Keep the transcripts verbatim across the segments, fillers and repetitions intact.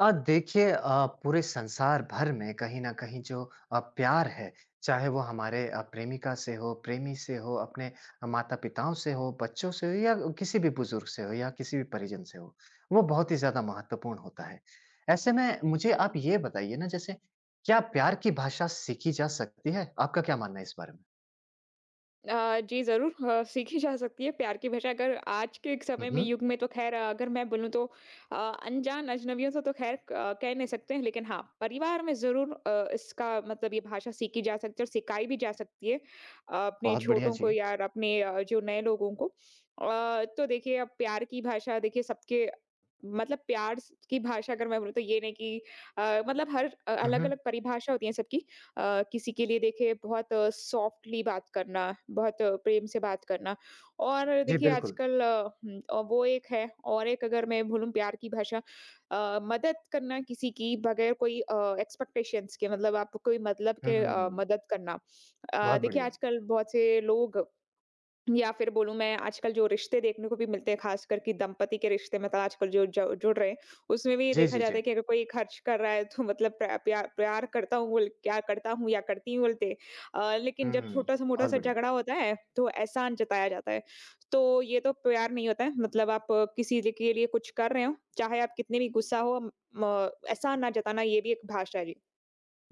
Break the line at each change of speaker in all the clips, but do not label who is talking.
अ, देखिए अ, पूरे संसार भर में कहीं न कहीं जो अ, प्यार है, चाहे वो हमारे अ, प्रेमिका से हो, प्रेमी से हो, अपने माता-पिताओं से हो, बच्चों से हो या किसी भी बुज़ुर्ग से हो या किसी भी परिजन से हो, वो बहुत ही ज़्यादा महत्वपूर्ण होता है। ऐसे में मुझे आप ये बताइए ना जैसे क्या प्यार की भाषा सीखी जा सकती है? आपका क्या मानना है इस बारे में?
अ, जी ज़रूर अ, सीखी जा सकती है प्यार की भाषा। अगर आज के एक
हुँ,
समय में
हुँ।
युग में तो ख़ैर, अगर मैं बोलूँ तो अ, अनजान अजनबियों से तो ख़ैर अ, कह नहीं सकते हैं, लेकिन हाँ, परिवार में ज़रूर अ, इसका मतलब ये भाषा सीखी जा सकती है और सिखाई भी जा सकती है अ, अपने
बहुत बढ़िया,
छोटों को
जी।
या अपने अ, जो नए लोगों को। अ, तो देखिए, अब प्यार की भाषा देखिए सबके मतलब प्यार स की भाषा, अगर मैं बोलूँ तो ये नहीं कि अ, मतलब हर अ,
हुँ, हुँ।
अलग-अलग परिभाषा होती है सबकी। अ, किसी के लिए देखिए बहुत सॉफ्टली बात करना, बहुत प्रेम से बात करना, और
जी,
देखिए
बिल्कुल।
आजकल अ, हुँ, अ, वो एक है। और एक, अगर मैं बोलूँ प्यार की भाषा, अ, मदद करना किसी की बगैर कोई अ, एक्सपेक्टेशंस के, मतलब आप कोई मतलब के अ,
हुँ,
मदद करना। अ,
बहुत
देखिए
बढ़िया।
आजकल बहुत से लोग, या फिर बोलूँ मैं आजकल जो रिश्ते देखने को भी मिलते हैं, ख़ासकर कि दंपति के रिश्ते, मतलब आजकल जो ज जुड़ रहे हैं, उसमें भी ये
जी,
देखा
जी,
जाता
जी।
है कि अगर कोई खर्च कर रहा है तो मतलब प्र प्यार प्यार करता हूँ बोल, क्या करता हूँ या करती हूँ बोलते, अ, लेकिन जब
हुँ,
छोटा-सा
बहुत
मोटा-सा
बढ़िया।
झगड़ा होता है, तो एहसान जताया जाता है। तो ये तो प्यार नहीं होता है, मतलब आप अ, किसी ल के लिए लिए कुछ कर रहे हो, चाहे आप कितने भी गुस्सा हो म एहसान ना जताना, ये भी एक भाषा है जी।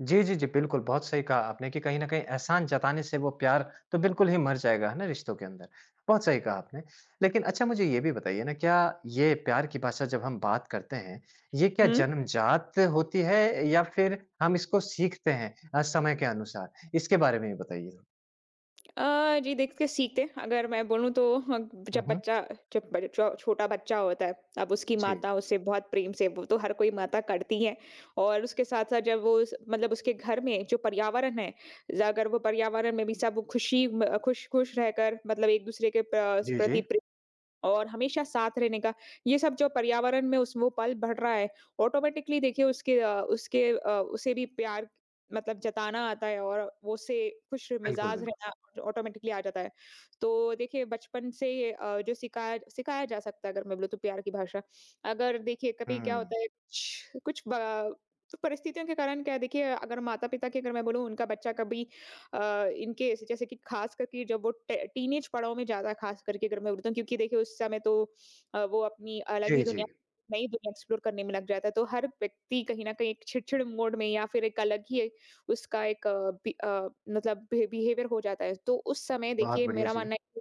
जी, जी, जी। बिल्कुल, बहुत सही कहा आपने कि कहीं न कहीं एहसान जताने से वो प्यार तो बिल्कुल ही मर जाएगा, है ना, रिश्तों के अंदर। बहुत सही कहा आपने। लेकिन अच्छा मुझे ये भी बताइए ना क्या ये प्यार की भाषा जब हम बात करते हैं, ये क्या
हुँ।
जन्मजात होती है या फिर हम इसको सीखते हैं अ, समय के अनुसार? इसके बारे में भी बताइए।
अ, जी, देख के सीखते हैं, अगर मैं बोलूँ तो। ह
हुँ,
जब
हुँ।
बच्चा, जब ब छो छोटा बच्चा होता है, अब उसकी
जी।
माता उसे बहुत प्रेम से, वो तो हर कोई माता करती है, और उसके साथ-साथ जब वो उस मतलब उसके घर में जो पर्यावरण है, ज अगर वो पर्यावरण में भी सब खुशी म खुश-खुश रहकर, मतलब एक-दूसरे के प्र
जी,
प्रति
जी।
प्रे और हमेशा साथ रहने का, ये सब जो पर्यावरण में उस वो पल बढ़ रहा है, ऑटोमैटिकली देखिए उसके अ, उसके अ, उसे भी प्यार मतलब जताना आता है, और वो उसे खुश
बिल्कुल,
मिजाज
बिल्कुल।
रहना ऑटोमैटिकली आ जाता है। तो देखिए बचपन से ये अ, जो सिखाया सिखाया जा सकता है, अगर मैं बोलूँ तो प्यार की भाषा। अगर देखिए कभी क्या
हुँ।
होता है, कुछ कुछ ब तो परिस्थितियों के कारण क्या है, देखिए, अगर माता-पिता की, अगर मैं बोलूँ, उनका बच्चा कभी अ, इन केस, जैसे कि खास करके जब वो टे टीनेज पड़ाव में, ज़्यादा खास करके अगर मैं बोलता हूँ, क्योंकि देखिए उस समय तो अ, वो अपनी अलग
जी,
ही
जी।
दुनिया, नई दुनिया एक्सप्लोर करने में लग जाता है। तो हर व्यक्ति कहीं न कहीं एक चिड़चिड़ मोड में, या फिर एक अलग ही उसका एक अ, बि अ, मतलब बि बिहेवियर हो जाता है। तो उस समय
बहुत
देखिए
बढ़िया,
मेरा
जी।
मानना है कि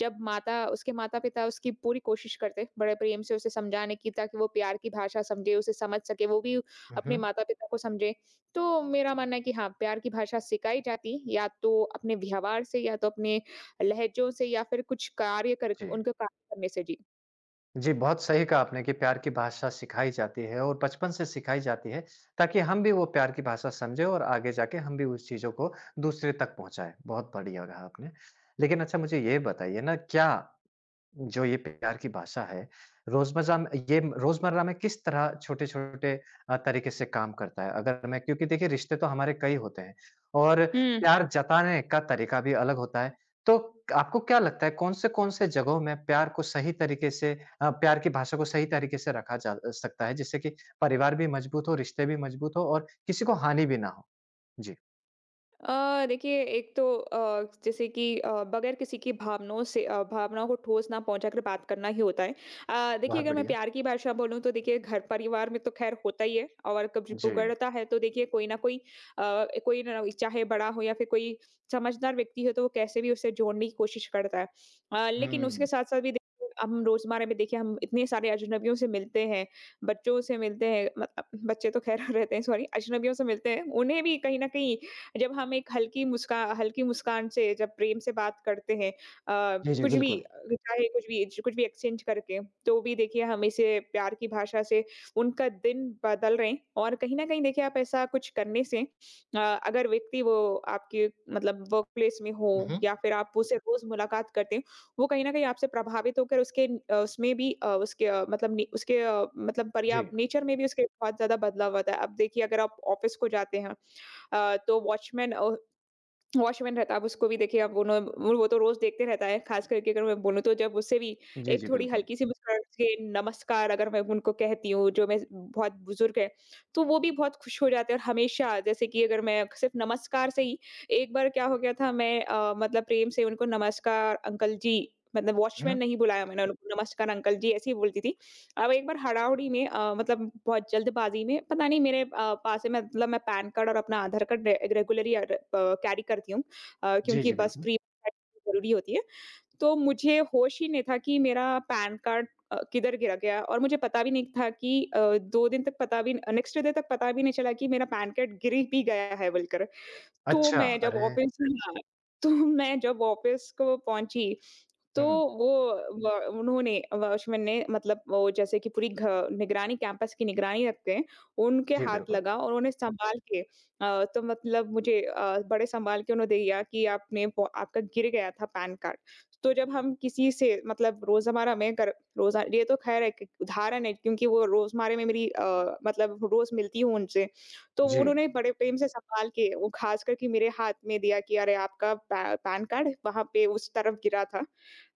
जब माता उसके माता-पिता उसकी पूरी कोशिश करते, बड़े प्रेम से उसे समझाने की, ताकि वो प्यार की भाषा समझे, उसे समझ सके, वो भी
हुँ,
अपने
हुँ।
माता-पिता को समझे। तो मेरा मानना है कि हाँ, प्यार की भाषा सिखाई जाती या तो अपने व्यवहार से, या तो अपने लहज़ों से, या फिर कुछ कार्य कर
जी।
उनका कार्य करने से। जी।
जी, बहुत सही कहा आपने कि प्यार की भाषा सिखाई जाती है और बचपन से सिखाई जाती है, ताकि हम भी वो प्यार की भाषा समझें और आगे जाके हम भी उस चीज़ों को दूसरे तक पहुँचाएँ। बहुत बढ़िया कहा आपने। लेकिन अच्छा मुझे ये बताइए ना क्या जो ये प्यार की भाषा है, रोज़मज़ा में ये रोज़मर्रा में किस तरह छोटे-छोटे अ, तरीके से काम करता है? अगर मैं क्योंकि देखिए रिश्ते तो हमारे कई होते हैं और प्यार जताने का तरीका भी अलग होता है। तो आपको क्या लगता है कौन-से-कौन से कौन से जगहों में प्यार को सही तरीके से अ, प्यार की भाषा को सही तरीके से रखा जा अ, सकता है जिससे कि परिवार भी मजबूत हो, रिश्ते भी मजबूत हो और किसी को हानि भी ना हो? जी।
अ, देखिए, एक तो अ, जैसे कि अ, बगैर किसी की भावनाओं से अ, भावनाओं को ठोस ना पहुंचा कर बात करना ही होता है। अ, देखिए
बहुत
अगर मैं
बढ़िया।
प्यार की भाषा बोलूँ तो देखिए, घर परिवार में तो खैर होता ही है, और कब
जी।
बिगड़ता है तो देखिए कोई ना कोई अ, कोई ना, चाहे बड़ा हो या फिर कोई समझदार व्यक्ति हो, तो वो कैसे भी उसे जोड़ने की कोशिश करता है। अ, लेकिन उसके
हुँ।
साथ साथ भी देखिए, हम रोजमर्रा में देखिए, हम इतने सारे अजनबियों से मिलते हैं, बच्चों से मिलते हैं, मतलब बच्चे तो खैर रहते हैं, सॉरी, अजनबियों से मिलते हैं, उन्हें भी कहीं ना कहीं जब हम एक हल्की मुस्का हल्की मुस्कान से, जब प्रेम से बात करते हैं, अ,
जी, जी,
कुछ भी
बिल्कुल।
अ, चाहे कुछ भी कुछ भी एक्सचेंज करके, तो भी देखिए हम इसे प्यार की भाषा से उनका दिन बदल रहे हैं। और कहीं ना कहीं देखिए, आप ऐसा कुछ करने से अ, अगर व्यक्ति वो आपके मतलब वर्क प्लेस में हो,
हुँ, हुँ।
या फिर आप उससे रोज मुलाकात करते हो, वो कहीं ना कहीं आपसे प्रभावित होकर उसके अ, उसमें भी अ, उसके अ, मतलब नि- उसके अ, मतलब पर्या
जी।
नेचर में भी उसके बहुत ज्यादा बदलाव आता है। अब देखिए, अगर आप ऑफिस को जाते हैं अ, तो वॉचमैन, अ, वॉचमैन रहता है, अब उसको भी देखिए, अब उन्हों वो वो तो रोज़ देखते रहता है, ख़ास करके अगर मैं बोलूँ तो, जब उससे भी
जी,
एक
जी,
थोड़ी
बिल्कुल।
हल्की-सी मुस्कुराहट से नमस्कार अगर मैं उनको कहती हूँ, जो मैं बहुत बुज़ुर्ग हैं, तो वो भी बहुत खुश हो जाते हैं। और हमेशा, जैसे कि अगर मैं सिर्फ़ नमस्कार से ही एक बार क्या हो गया था, मैं अ, मतलब प्रेम से उनको नमस्कार अंकल जी, मतलब
हुँ।
वॉचमैन नहीं बुलाया मैंने उनको, नमस्कार अंकल जी ऐसे ही बोलती थी। अब एक बार हड़ाहड़ी में, अ, मतलब बहुत जल्दबाज़ी में, पता नहीं मेरे अ, पास है, मैं मतलब मैं पैन कार्ड और अपना आधार कार्ड रे रेगुलरली अर अ, कैरी करती हूँ, अ,
जी,
क्योंकि
जी,
बस
बिल्कुल।
प्री ज़रूरी होती है। तो मुझे होश ही नहीं था कि मेरा पैन कार्ड अ, किधर गिरा गया, और मुझे पता भी नहीं था कि अ, दो दिन तक, पता भी नेक्स्ट डे तक पता भी नहीं चला कि मेरा पैन कार्ड गिर भी गया है बोलकर। तो
अच्छा,
मैं जब
अरे!
ऑफ़िस हाँ, तो मैं जब ऑफ़िस को पहुँची, तो
हुँ,
वो व उन्होंने, वॉचमैन ने, मतलब वो जैसे कि पूरी घ निगरानी, कैंपस की निगरानी रखते हैं, उनके
जी
हाथ
बिल्कुल।
लगा और उन्हें सँभाल के अ, तो मतलब मुझे अ, बड़े सँभाल के उन्होंने दिया कि आपने, प आपका गिर गया था पैन कार्ड। तो जब हम किसी से, मतलब रोज़मर्रा में कर रोज़ा ये तो ख़ैर एक उदाहरण है, क्योंकि वो रोज़मर्रा में मेरी अ, मतलब रोज़ मिलती हूँ उनसे। तो वो,
जी,
उन्होंने बड़े प्रेम से सँभाल के वो, ख़ासकर कि मेरे हाथ में दिया कि अरे, आपका पै पैन कार्ड वहाँ पे उस तरफ गिरा था,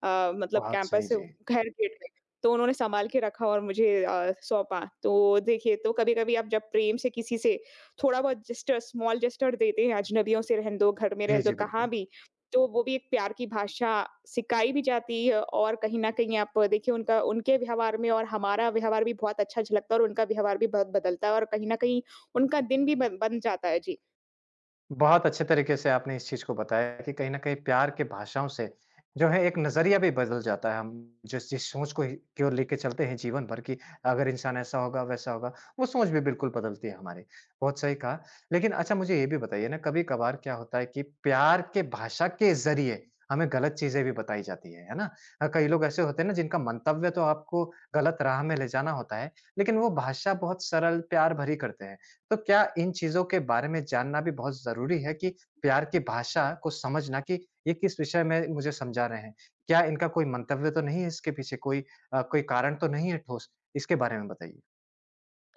अ, मतलब
बहुत सही,
कैंपस से
जी।
घर गेट में। तो उन्होंने सँभाल के रखा और मुझे अ, सौंपा। तो देखिए, तो कभी-कभी आप जब प्रेम से किसी से थोड़ा बहुत जेस्चर स्मॉल जेस्चर देते हैं, अजनबियों से रहने दो, घर में
जी,
रहने दो,
जी,
कहाँ
बिल्कुल।
भी, तो वो भी एक प्यार की भाषा सिखाई भी जाती है। और कहीं न कहीं आप देखिए, उनका उनके व्यवहार में, और हमारा व्यवहार भी बहुत अच्छा झलकता है, और उनका व्यवहार भी बहुत बदलता है, और कहीं न कहीं उनका दिन भी बन बन जाता है। जी।
बहुत अच्छे तरीके से आपने इस चीज़ को बताया कि कहीं न कहीं प्यार की भाषाओं से जो है एक नज़रिया भी बदल जाता है। हम जिस जिस सोच को ही की ओर लेके चलते हैं जीवन भर की अगर इंसान ऐसा होगा, वैसा होगा, वो सोच भी बिल्कुल बदलती है हमारी। बहुत सही कहा। लेकिन अच्छा मुझे ये भी बताइए ना कभी-कभार क्या होता है कि प्यार के भाषा के ज़रिए हमें गलत चीज़ें भी बताई जाती हैं, है ना? अ, कई लोग ऐसे होते हैं ना जिनका मंतव्य तो आपको गलत राह में ले जाना होता है, लेकिन वो भाषा बहुत सरल, प्यार भरी करते हैं। तो क्या इन चीज़ों के बारे में जानना भी बहुत ज़रूरी है कि प्यार की भाषा को समझना कि ये किस विषय में मुझे समझा रहे हैं? क्या इनका कोई मंतव्य तो नहीं है इसके पीछे? कोई अ, कोई कारण तो नहीं है ठोस? इसके बारे में बताइए।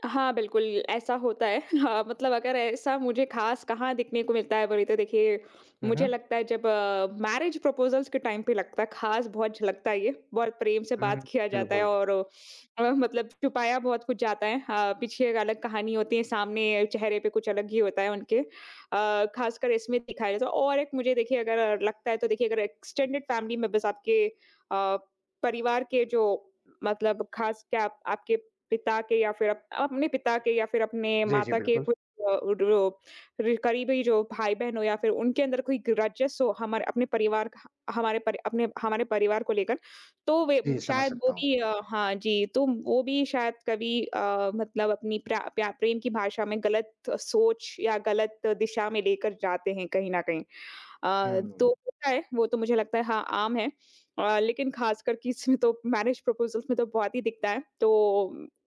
हाँ, बिल्कुल, ऐसा होता है। हाँ, मतलब अगर ऐसा मुझे ख़ास कहाँ देखने को मिलता है बोले तो देखिए,
हुँ,
मुझे
हुँ।
लगता है जब अ, मैरिज प्रपोज़ल्स के टाइम पे लगता है, ख़ास बहुत झलकता है ये। बहुत प्रेम से
हुँ,
बात किया जाता है,
बिल्कुल।
और अ, मतलब छुपाया बहुत कुछ जाता है। हाँ, पीछे एक अलग कहानी होती है, सामने चेहरे पे कुछ अलग ही होता है उनके। अ, ख़ासकर इसमें दिखाया जाता है। और एक मुझे देखिए अगर लगता है तो, देखिए, अगर एक्सटेंडेड फ़ैमिली मेंबर्स आपके अ, परिवार के जो, मतलब ख़ास, क्या आप आपके पिता के, या फिर अप अपने पिता के, या फिर अपने
जी, जी,
माता के
बिल्कुल।
कुछ अ, रो रि करीबी जो भाई-बहन हो, या फिर उनके अंदर कोई ग्रजेस हो हमारे अपने परिवार का, हमारे परि अपने हमारे परिवार को लेकर, तो वे
जी, समझ
शायद वो
सकता हूँ।
भी अ, हाँ जी, तो वो भी शायद कभी अ, मतलब अपनी प्रा प्या प्रेम की भाषा में गलत सोच, या गलत दिशा में लेकर जाते हैं कहीं न कहीं। अ, तो
हुँ,
होता है, वो तो मुझे लगता है हाँ, आम है। अ, लेकिन ख़ासकर कि इसमें तो, मैरिज प्रपोज़ल्स में तो बहुत ही दिखता है। तो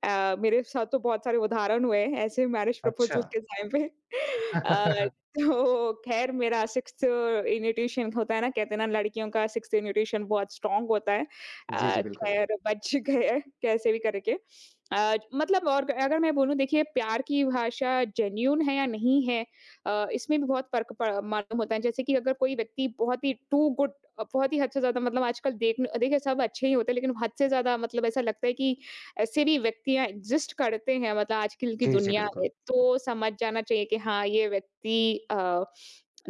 अ, मेरे साथ तो बहुत सारे उदाहरण हुए हैं ऐसे, मैरिज
अच्छा।
प्रपोज़ल के टाइम पे। अ, तो ख़ैर, मेरा सिक्स्थ इन्विटेशन होता है ना, कहते हैं ना, लड़कियों का सिक्स्थ इन्विटेशन बहुत स्ट्रॉन्ग होता है।
जी,
अ,
जी, बिल्कुल।
ख़ैर बच गए कैसे भी करके। अ, मतलब, और अगर मैं बोलूँ देखिए प्यार की भाषा जेन्युइन है या नहीं है, अ, इसमें भी बहुत फ़र्क प मालूम होता है। जैसे कि अगर कोई व्यक्ति बहुत ही टू गुड, अ, बहुत ही हद से ज़्यादा, मतलब आजकल देख देखिए सब अच्छे ही होते हैं, लेकिन हद से ज़्यादा, मतलब ऐसा लगता है कि ऐसे भी व्यक्तियाँ एग्ज़िस्ट करते हैं मतलब आजकल की
जी, जी,
दुनिया में।
बिल्कुल।
तो समझ जाना चाहिए कि हाँ, ये व्यक्ति अ,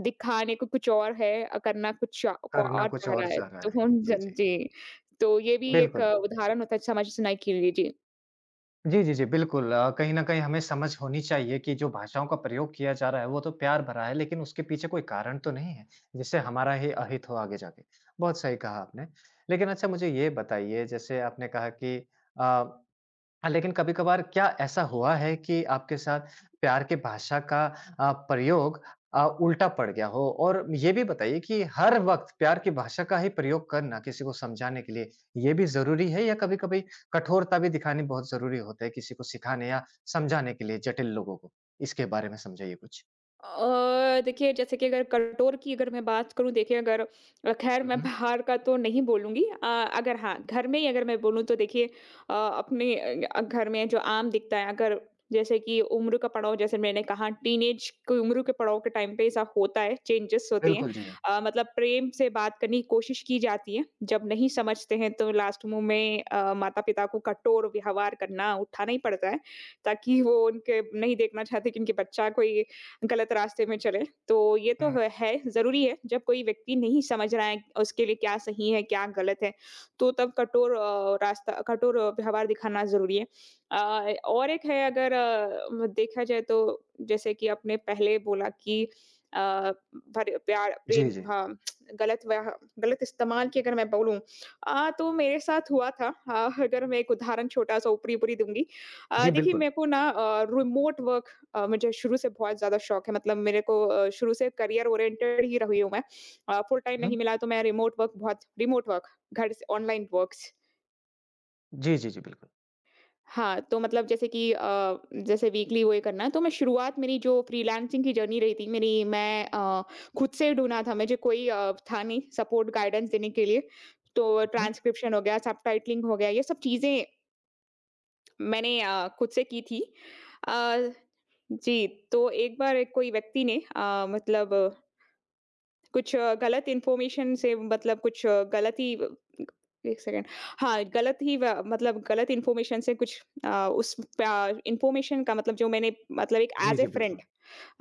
दिखाने को कुछ और है, अ, करना कुछ अ, को
करना
और
कुछ
चाह
और
रहा है।
चाह रहा
तो
है।
हुन
जी,
जन
जी।
जी, तो ये भी एक
बिल्कुल।
अ, उदाहरण होता है समाज सुनाई के लिए। जी।
जी, जी, जी, बिल्कुल अ, कहीं न कहीं हमें समझ होनी चाहिए कि जो भाषाओं का प्रयोग किया जा रहा है, वो तो प्यार भरा है, लेकिन उसके पीछे कोई कारण तो नहीं है, जिससे हमारा ही अहित हो आगे जाके। बहुत सही कहा आपने। लेकिन अच्छा मुझे ये बताइए, जैसे आपने कहा कि अ हाँ, लेकिन कभी-कभार क्या ऐसा हुआ है कि आपके साथ प्यार की भाषा का अ, प्रयोग अ, उल्टा पड़ गया हो? और ये भी बताइए कि हर वक़्त प्यार की भाषा का ही प्रयोग करना किसी को समझाने के लिए, ये भी ज़रूरी है या कभी-कभी कठोरता भी दिखानी बहुत ज़रूरी होता है किसी को सिखाने या समझाने के लिए जटिल लोगों को? इसके बारे में समझाइए कुछ।
अ, देखिए जैसे कि, अगर कटोर की अगर मैं बात करूँ, देखिए अगर अ, ख़ैर
हुँ,
मैं
हुँ।
बाहर का तो नहीं बोलूँगी, अ, अगर हाँ, घर में ही अगर मैं बोलूँ तो देखिए अ, अपने अ अ, घर में जो आम दिखता है अगर जैसे कि उम्र का पड़ाव जैसे मैंने कहा टीनेज की उम्र के पड़ाव के टाइम पे ऐसा होता है, चेंजेस होते हैं।
बिल्कुल जी।
अ, मतलब प्रेम से बात करने की कोशिश की जाती है, जब नहीं समझते हैं तो लास्ट मुंह में अ, माता-पिता को कठोर व्यवहार करना उठाना ही पड़ता है, ताकि वो उनके नहीं देखना चाहते कि उनके बच्चा कोई गलत रास्ते में चले। तो ये तो
हुँ।
ह है, ज़रूरी है जब कोई व्यक्ति नहीं समझ रहा है उसके लिए क्या सही है, क्या गलत है, तो तब कठोर अ, रास्ता कठोर अ, व्यवहार दिखाना ज़रूरी है। अ, और एक है अगर अ, देखा जाए तो जैसे कि आपने पहले बोला कि अ, भर प्यार प्रेम
जी, जी।
हाँ, गलत व्याह गलत इस्तेमाल की अगर मैं बोलूँ अ, तो मेरे साथ हुआ था अ, अगर मैं एक उदाहरण छोटा-सा ऊपरी-ऊपरी दूँगी। अ,
जी,
देखिए
बिल्कुल।
मेरे को ना अ, रिमोट वर्क अ, मुझे शुरू से बहुत ज़्यादा शौक है मतलब मेरे को अ, शुरू से करियर ओरिएंटेड ही रही हूँ मैं। अ, फुल टाइम नहीं
हुँ।
मिला तो मैं रिमोट वर्क बहुत रिमोट वर्क घर से ऑनलाइन वर्क्स।
जी, जी, जी, बिल्कुल।
हाँ, तो मतलब जैसे कि अ, जैसे वीकली वो ये करना है तो मैं शुरुआत मेरी जो फ्रीलांसिंग की जर्नी रही थी मेरी मैं अ, खुद से ढूँढा था मुझे कोई अ, था नहीं सपोर्ट गाइडेंस देने के लिए। तो
हुँ, हुँ।
ट्रांसक्रिप्शन हो गया, सबटाइटलिंग हो गया ये सब चीज़ें मैंने अ, खुद से की थी। अ, जी। तो एक बार एक कोई व्यक्ति ने अ, मतलब कुछ अ, गलत इन्फॉर्मेशन से मतलब कुछ अ, गलत ही व एक सेकंड। हाँ, गलत ही व मतलब गलत इन्फॉर्मेशन से कुछ अ, उस प इन्फॉर्मेशन का मतलब जो मैंने मतलब एक
जी,
ऐज़ अ
जी,
फ्रेंड,
बिल्कुल।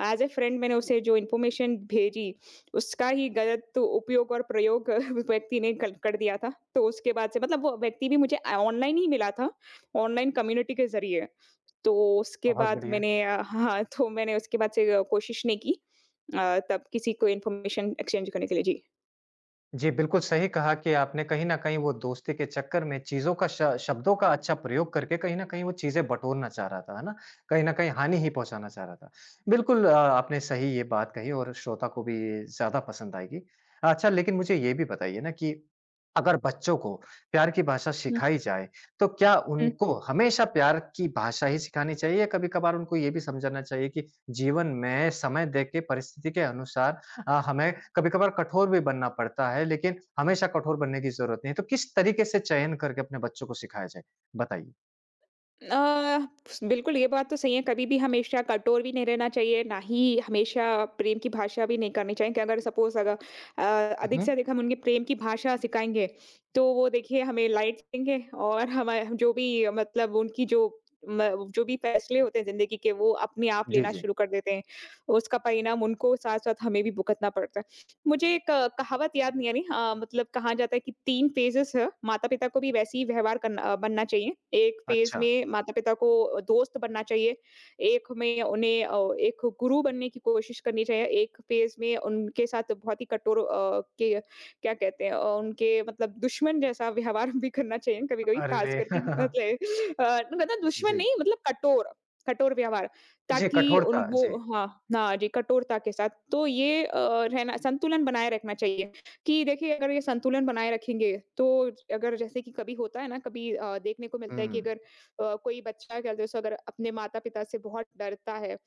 ऐज़ अ फ्रेंड मैंने उसे जो इन्फॉर्मेशन भेजी, उसका ही गलत उपयोग और प्रयोग व्यक्ति ने कल कर दिया था। तो उसके बाद से मतलब वो व्यक्ति भी मुझे अ, ऑनलाइन ही मिला था, ऑनलाइन कम्युनिटी के ज़रिए। तो उसके
बहुत
बाद
बढ़िया।
मैंने अ, हाँ, तो मैंने उसके बाद से अ, कोशिश नहीं की अ, तब किसी को इन्फॉर्मेशन एक्सचेंज करने के लिए। जी।
जी, बिल्कुल सही कहा कि आपने कहीं न कहीं वो दोस्ती के चक्कर में चीज़ों का श शब्दों का अच्छा प्रयोग करके कहीं न कहीं वो चीज़ें बटोरना चाह रहा था, है ना? कहीं न कहीं हानि ही पहुँचाना चाह रहा था। बिल्कुल अ, आपने सही ये बात कही और श्रोता को भी ज़्यादा पसंद आएगी। अच्छा लेकिन मुझे ये भी बताइए ना कि अगर बच्चों को प्यार की भाषा
हुँ,
सिखाई जाए, तो क्या
हुँ।
उनको हमेशा प्यार की भाषा ही सिखानी चाहिए या कभी-कभार उनको ये भी समझाना चाहिए कि जीवन में समय देके परिस्थिति के अनुसार अ, हमें कभी-कभार कठोर भी बनना पड़ता है, लेकिन हमेशा कठोर बनने की ज़रूरत नहीं है। तो किस तरीके से चयन करके अपने बच्चों को सिखाया जाए? बताइए।
अ, बिल्कुल ये बात तो सही है, कभी भी हमेशा कठोर भी नहीं रहना चाहिए, ना ही हमेशा प्रेम की भाषा भी नहीं करनी चाहिए कि अगर सपोज़ अगर अ,
हुँ,
अधिक
हुँ।
से अधिक हम उनके प्रेम की भाषा सिखाएँगे, तो वो देखिए हमें लाइट्स देंगे और हमारे जो भी मतलब उनकी जो म जो भी फैसले होते हैं ज़िंदगी के, वो अपने आप
जी,
लेना
जी।
शुरू कर देते हैं। उसका परिणाम उनको साथ-साथ हमें भी भुगतना पड़ता है। मुझे एक अ, कहावत याद नहीं आ रही अ, मतलब कहा जाता है कि तीन फ़ेजेज़ है, माता-पिता को भी वैसे ही व्यवहार करना अ, बनना चाहिए। एक फ़ेज़
अच्छा।
में माता-पिता को अ, दोस्त बनना चाहिए, एक में उन्हें अ, एक गुरु बनने की कोशिश करनी चाहिए, एक फ़ेज़ में उनके साथ बहुत ही कठोर अ, के क्या कहते हैं अ, उनके मतलब दुश्मन जैसा व्यवहार भी करना चाहिए कभी-कभी, ख़ास
अरे!
करके मतलब अ, मतलब दुश्मन
जी।
नहीं मतलब कठोर, कठोर व्यवहार।
जी,
ताकि उन
कठोरता।
वो
जी।
हाँ, हाँ जी, कठोरता के साथ। तो ये अ, रहना संतुलन बनाए रखना चाहिए कि देखिए अगर ये संतुलन बनाए रखेंगे, तो अगर जैसे कि कभी होता है ना, कभी अ, देखने को मिलता है कि
हुँ,
अगर अ, कोई बच्चा क्या जैसे अगर अपने माता-पिता से बहुत डरता है,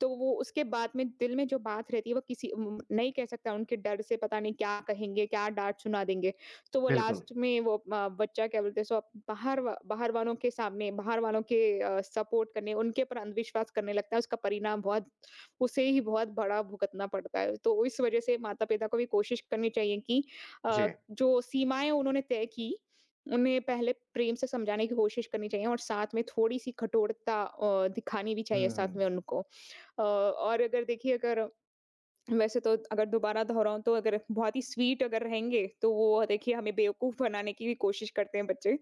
तो वो उसके बाद में दिल में जो बात रहती है वो किसी उम, नहीं कह सकता उनके डर से, पता नहीं क्या कहेंगे, क्या डाँट सुना देंगे। तो वो
बिल्कुल।
लास्ट में वो अ, बच्चा क्या बोलते हैं सो अप- बाहर वा- बाहर वालों के सामने, बाहर वालों के सपोर्ट करने, उनके ऊपर अंधविश्वास करने लगता है। उसका परिणाम बहुत उसे ही बहुत बड़ा भुगतना पड़ता है। तो इस वजह से माता पिता को भी कोशिश करनी चाहिए कि अ,
जी।
जो सीमाएं उन्होंने तय की उन्हें पहले प्रेम से समझाने की कोशिश करनी चाहिए और साथ में थोड़ी सी कठोरता अ, दिखानी भी चाहिए साथ
हुँ,
में उनको। अ, और अगर देखिए अगर वैसे तो अगर दोबारा दोहराऊँ तो अगर बहुत ही स्वीट अगर रहेंगे, तो वो देखिए हमें बेवकूफ़ बनाने की भी कोशिश करते हैं बच्चे।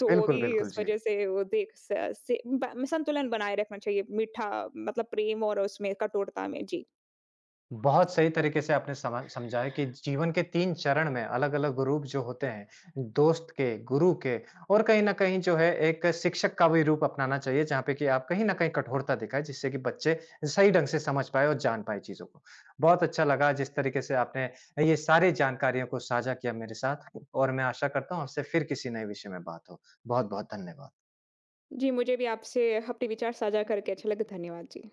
तो वो
बिल्कुल,
भी
बिल्कुल।
इस
जी।
वज़ह से वो देख स से ब संतुलन बनाए रखना चाहिए, मीठा मतलब प्रेम और उसमें कठोरता में। जी।
बहुत सही तरीके से आपने समा समझाया कि जीवन के तीन चरण में अलग-अलग रूप जो होते हैं, दोस्त के, गुरु के और कहीं न कहीं जो है एक शिक्षक का भी रूप अपनाना चाहिए जहाँ पे कि आप कहीं न कहीं कठोरता दिखाएँ जिससे कि बच्चे सही ढंग से समझ पाएँ और जान पाएँ चीज़ों को। बहुत अच्छा लगा जिस तरीके से आपने ये सारी जानकारियों को साझा किया मेरे साथ और मैं आशा करता हूँ आपसे फिर किसी नए विषय में बात हो। बहुत-बहुत धन्यवाद।
जी, मुझे भी आपसे अपने विचार साझा करके अच्छा लगा। धन्यवाद जी।